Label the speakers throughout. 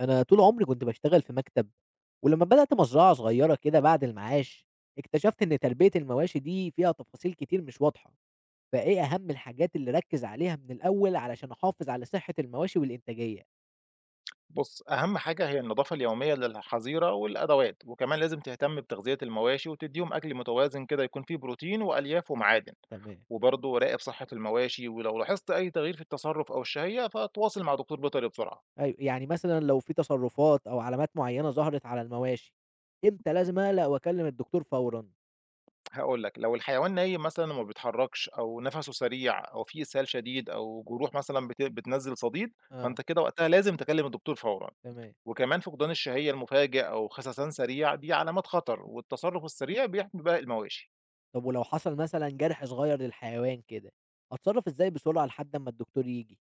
Speaker 1: أنا طول عمري كنت باشتغل في مكتب، ولمّا بدأت مزرعة صغيّرة كده بعد المعاش، اكتشفت إن تربية المواشي دي فيها تفاصيل كتير مش واضحة، فإيه أهم الحاجات اللي أركّز عليها من الأول علشان أحافظ على صحة المواشي والإنتاجية؟
Speaker 2: بُص، أهم حاجة هي النضافة اليومية للحظيرة والأدوات، وكمان لازم تهتم بتغذية المواشي وتدّيهم أكل متوازن كده يكون فيه بروتين وألياف ومعادن،
Speaker 1: تمام.
Speaker 2: وبرضه راقب صحة المواشي ولو لاحظت أي تغيير في التصرف أو الشهية فتواصل مع دكتور بيطري بسرعة.
Speaker 1: أيوه، يعني مثلًا لو في تصرفات أو علامات معيّنة ظهرت على المواشي، إمتى لازم أقلق وأكلم الدكتور فورًا؟
Speaker 2: هاقول لك، لو الحيوان نايم مثلًا وما بيتحركش أو نَفَسه سريع أو فيه إسهال شديد أو جروح مثلًا بتنزّل صديد، فأنت
Speaker 1: آه،
Speaker 2: كده وقتها لازم تكلم الدكتور فورًا،
Speaker 1: تمام.
Speaker 2: وكمان فقدان الشهية المفاجئ أو خسسان سريع دي علامات خطر، والتصرف السريع بيحمي بقى المواشي.
Speaker 1: طب ولو حصل مثلًا جرح صغيّر للحيوان كده، أتصرّف إزاي بسرعة لحد أمّا الدكتور ييجي؟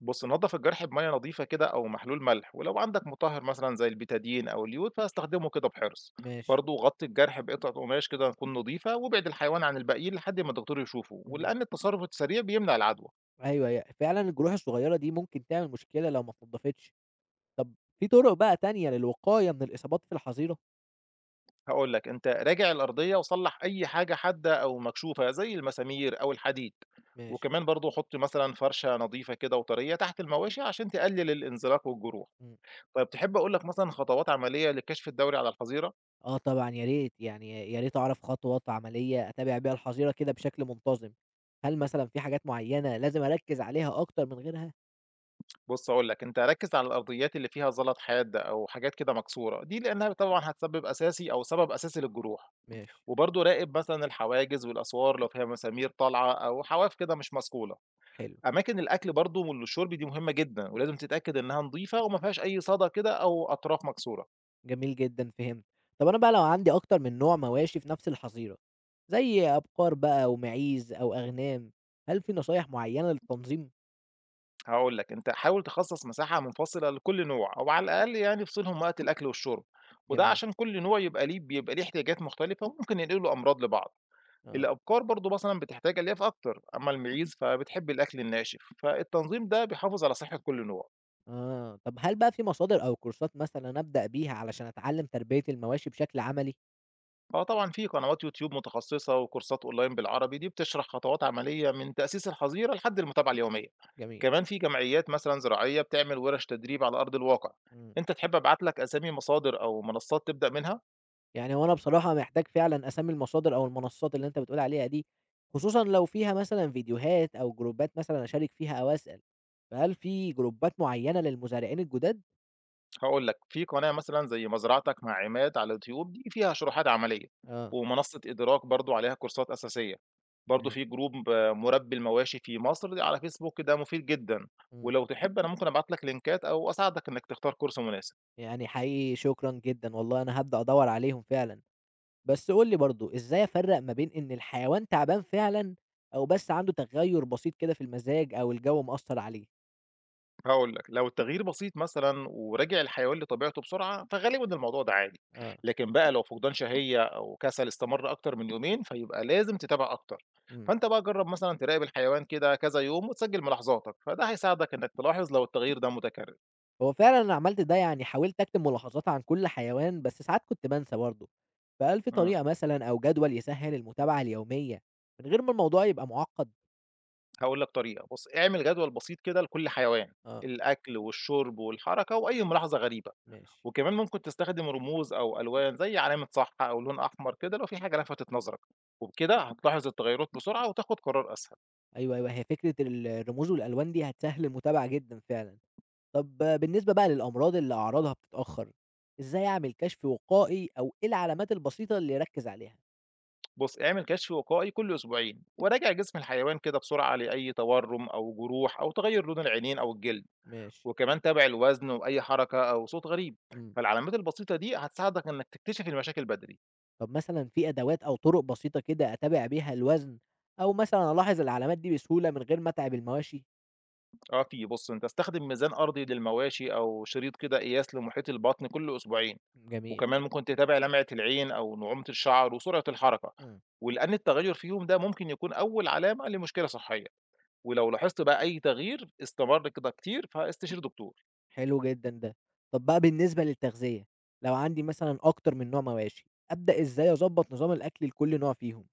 Speaker 2: بص نضف الجرح بميه نظيفه كده او محلول ملح، ولو عندك مطهر مثلا زي البيتادين او اليود فاستخدمه كده بحرص.
Speaker 1: ماشي.
Speaker 2: برضه غطي الجرح بقطعه قماش كده تكون نظيفه، وابعد الحيوان عن الباقيين لحد ما الدكتور يشوفه،
Speaker 1: إمم.
Speaker 2: ولان التصرف السريع بيمنع العدوى.
Speaker 1: أيوه، هي فعلًا الجروح الصغيّرة دي ممكن تعمل مشكلة لو ما اتنضفتش. طب في طُرق بقى تانية للوقاية من الإصابات في الحظيرة؟
Speaker 2: هقول لك، انت راجع الارضيه وصلح اي حاجه حاده او مكشوفه زي المسامير او الحديد.
Speaker 1: ماشي.
Speaker 2: وكمان برضه حط مثلا فرشه نظيفه كده وطريه تحت المواشي عشان تقلل الانزلاق والجروح.
Speaker 1: إمم.
Speaker 2: طيب تحب اقول لك مثلا خطوات عمليه لكشف الدوري على الحظيره؟
Speaker 1: آه طبعًا يا ريت، يعني يا ريت أعرف خطوات عملية أتابع بيها الحظيرة كده بشكل منتظم. هل مثلًا في حاجات معيّنة لازم أركّز عليها أكتر من غيرها؟
Speaker 2: بُص هاقول لك، أنت ركّز على الأرضيات اللي فيها زلط حاد أو حاجات كده مكسورة، دي لإنها طبعًا هتسبب أساسي أو سبب أساسي للجروح،
Speaker 1: ماشي.
Speaker 2: وبرضه راقب مثلًا الحواجز والأسوار لو فيها مسامير طالعة أو حواف كده مش مصقولة،
Speaker 1: حلو،
Speaker 2: أماكن الأكل برضه والشرب دي مهمة جدًا، ولازم تتأكد إنها نضيفة وما فيهاش أي صدى كده أو أطراف مكسورة.
Speaker 1: جميل جدًا فهمت. طب أنا بقى لو عندي أكتر من نوع مواشي في نفس الحظيرة، زي أبقار بقى ومعيز أو أغنام، هل في نصايح معيّنة للتنظيم؟
Speaker 2: هاقول لك، أنت حاول تخصص مساحة منفصلة لكل نوع أو على الأقل يعني افصلهم وقت الأكل والشرب، وده
Speaker 1: جميل،
Speaker 2: عشان كل نوع يبقى ليه بيبقى ليه احتياجات مختلفة وممكن ينقلوا أمراض لبعض.
Speaker 1: آه.
Speaker 2: الأبقار برضه مثلًا بتحتاج ألياف أكتر، أمّا المِعيز فبتحب الأكل الناشف، فالتنظيم ده بيحافظ على صحة كل نوع.
Speaker 1: آه، طب هل بقى في مصادر أو كورسات مثلًا أبدأ بيها علشان أتعلم تربية المواشي بشكل عملي؟
Speaker 2: آه طبعًا، في قنوات يوتيوب متخصصة وكورسات أونلاين بالعربي دي بتشرح خطوات عملية من تأسيس الحظيرة لحد المتابعة اليومية.
Speaker 1: جميل.
Speaker 2: كمان في جمعيات مثلًا زراعية بتعمل ورش تدريب على أرض الواقع.
Speaker 1: إمم.
Speaker 2: أنت تحب أبعت لك أسامي مصادر أو منصات تبدأ منها؟
Speaker 1: يعني هو أنا بصراحة محتاج فعلًا أسمّي المصادر أو المنصات اللي أنت بتقول عليها دي، خصوصًا لو فيها مثلًا فيديوهات أو جروبات مثلًا أشارك فيها أو أسأل، فهل في جروبات معيّنة للمزارعين الجداد؟
Speaker 2: هاقول لك، في قناة مثلًا زي مزرعتك مع عماد على اليوتيوب دي فيها شروحات عملية،
Speaker 1: آه،
Speaker 2: ومنصة إدراك برضه عليها كورسات أساسية، برضه
Speaker 1: ماشي.
Speaker 2: في جروب مُربّي المواشي في مصر دي على فيسبوك ده مفيد جدًا،
Speaker 1: إمم.
Speaker 2: ولو تحب أنا ممكن أبعت لك لينكات أو أساعدك إنك تختار كورس مناسب.
Speaker 1: يعني حقيقي شكرًا جدًا والله أنا هابدأ أدوّر عليهم فعلًا. بس قُل لي برضه، إزاي أفرّق ما بين إن الحيوان تعبان فعلًا أو بس عنده تغيُّر بسيط كده في المزاج أو الجو مأثّر عليه؟
Speaker 2: هاقول لك، لو التغيير بسيط مثلًا ورجع الحيوان لطبيعته بسرعة، فغالبًا الموضوع ده عادي،
Speaker 1: آه.
Speaker 2: لكن بقى لو فقدان شهية أو كسل استمر أكتر من يومين، فيبقى لازم تتابع أكتر،
Speaker 1: إمم.
Speaker 2: فأنت بقى جرب مثلًا تراقب الحيوان كده كذا يوم وتسجل ملاحظاتك، فده هيساعدك إنك تلاحظ لو التغيير ده متكرر.
Speaker 1: هو فعلًا أنا عملت ده، يعني حاولت أكتب ملاحظات عن كل حيوان، بس ساعات كنت بانسى برضه. فهل في
Speaker 2: إمم،
Speaker 1: طريقة مثلًا أو جدول يسهّل المتابعة اليومية من غير ما الموضوع يبقى مُعقّد؟
Speaker 2: هاقول لك طريقة، بُص اعمل جدول بسيط كده لكل حيوان،
Speaker 1: آه،
Speaker 2: الأكل والشرب والحركة وأي ملاحظة غريبة.
Speaker 1: ماشي.
Speaker 2: وكمان ممكن تستخدم رموز أو ألوان زي علامة صح أو لون أحمر كده لو في حاجة لفتت نظرك، وبكده هتلاحظ التغيرات بسرعة وتاخد قرار أسهل.
Speaker 1: أيوه، أيوه. هي فكرة ال الرموز والألوان دي هتسهّل المتابعة جدًا فعلًا. طب بالنسبة بقى للأمراض اللي أعراضها بتتأخر، إزاي أعمل كشف وقائي أو إيه العلامات البسيطة اللي أركز عليها؟
Speaker 2: بص اعمل كشف وقائي كل أسبوعين وراجع جسم الحيوان كده بسرعة لأي تورم أو جروح أو تغير لون العينين أو الجلد.
Speaker 1: ماشي.
Speaker 2: وكمان تابع الوزن وأي حركة أو صوت غريب.
Speaker 1: مم.
Speaker 2: فالعلامات البسيطة دي هتساعدك إنك تكتشف المشاكل بدري.
Speaker 1: طب مثلا في أدوات أو طرق بسيطة كده أتابع بيها الوزن أو مثلا ألاحظ العلامات دي بسهولة من غير ما أتعب المواشي؟
Speaker 2: اه في. بص انت استخدم ميزان أرضي للمواشي أو شريط كده قياس لمحيط البطن كل أسبوعين.
Speaker 1: جميل.
Speaker 2: وكمان ممكن تتابع لمعة العين أو نعومة الشعر وسرعة الحركة،
Speaker 1: مم.
Speaker 2: ولأن التغير فيهم ده ممكن يكون أول علامة لمشكلة صحية. ولو لاحظت بقى أي تغيير استمر كده كتير فاستشير دكتور.
Speaker 1: حلو جدا ده. طب بقى بالنسبة للتغذية، لو عندي مثلا أكتر من نوع مواشي، أبدأ إزاي أظبط نظام الأكل لكل نوع فيهم؟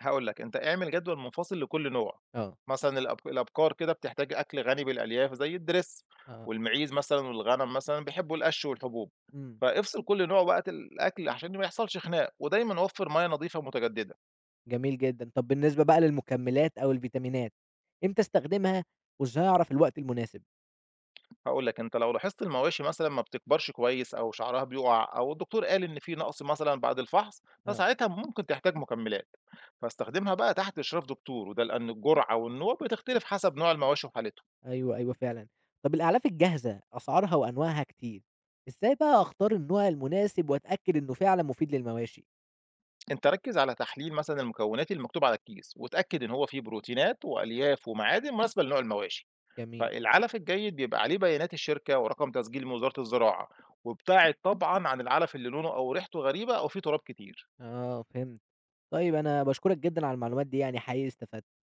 Speaker 2: هقول لك، أنت اعمل جدول منفصل لكل نوع،
Speaker 1: اه.
Speaker 2: مثلا الأبقار كده بتحتاج أكل غني بالألياف زي الدرس،
Speaker 1: اه.
Speaker 2: والمعيز مثلا والغنم مثلا بيحبوا القش والحبوب.
Speaker 1: مم.
Speaker 2: فافصل كل نوع وقت الأكل عشان ما يحصلش خناق، ودايما وفر مياه نظيفة متجددة.
Speaker 1: جميل جدًا. طب بالنسبة بقى للمكملات أو الفيتامينات، إمتى أستخدمها وإزاي أعرف الوقت المناسب؟
Speaker 2: هاقول لك، أنت لو لاحظت المواشي مثلًا ما بتكبرش كويس أو شعرها بيُقع أو الدكتور قال إن في نقص مثلًا بعد الفحص،
Speaker 1: آه.
Speaker 2: فساعتها ممكن تحتاج مكملات، فاستخدمها بقى تحت إشراف دكتور، وده لأن الجرعة والنوع بتختلف حسب نوع المواشي وحالته.
Speaker 1: أيوه، أيوه فعلًا. طب الأعلاف الجاهزة أسعارها وأنواعها كتير، إزاي بقى أختار النوع المناسب وأتأكد إنه فعلًا مفيد للمواشي؟
Speaker 2: أنت ركِّز على تحليل مثلًا المكونات المكتوب على الكيس، واتأكد إن هو فيه بروتينات وألياف ومعادن مناسبة لنوع المواشي.
Speaker 1: جميل.
Speaker 2: فالعلف الجيد بيبقى عليه بيانات الشركة ورقم تسجيل من وزارة الزراعة، وابتعد طبعًا عن العلف اللي لونه أو ريحته غريبة أو فيه تراب كتير.
Speaker 1: آه فهمت. طيب أنا باشكرك جدًا على المعلومات دي يعني حقيقي استفدت.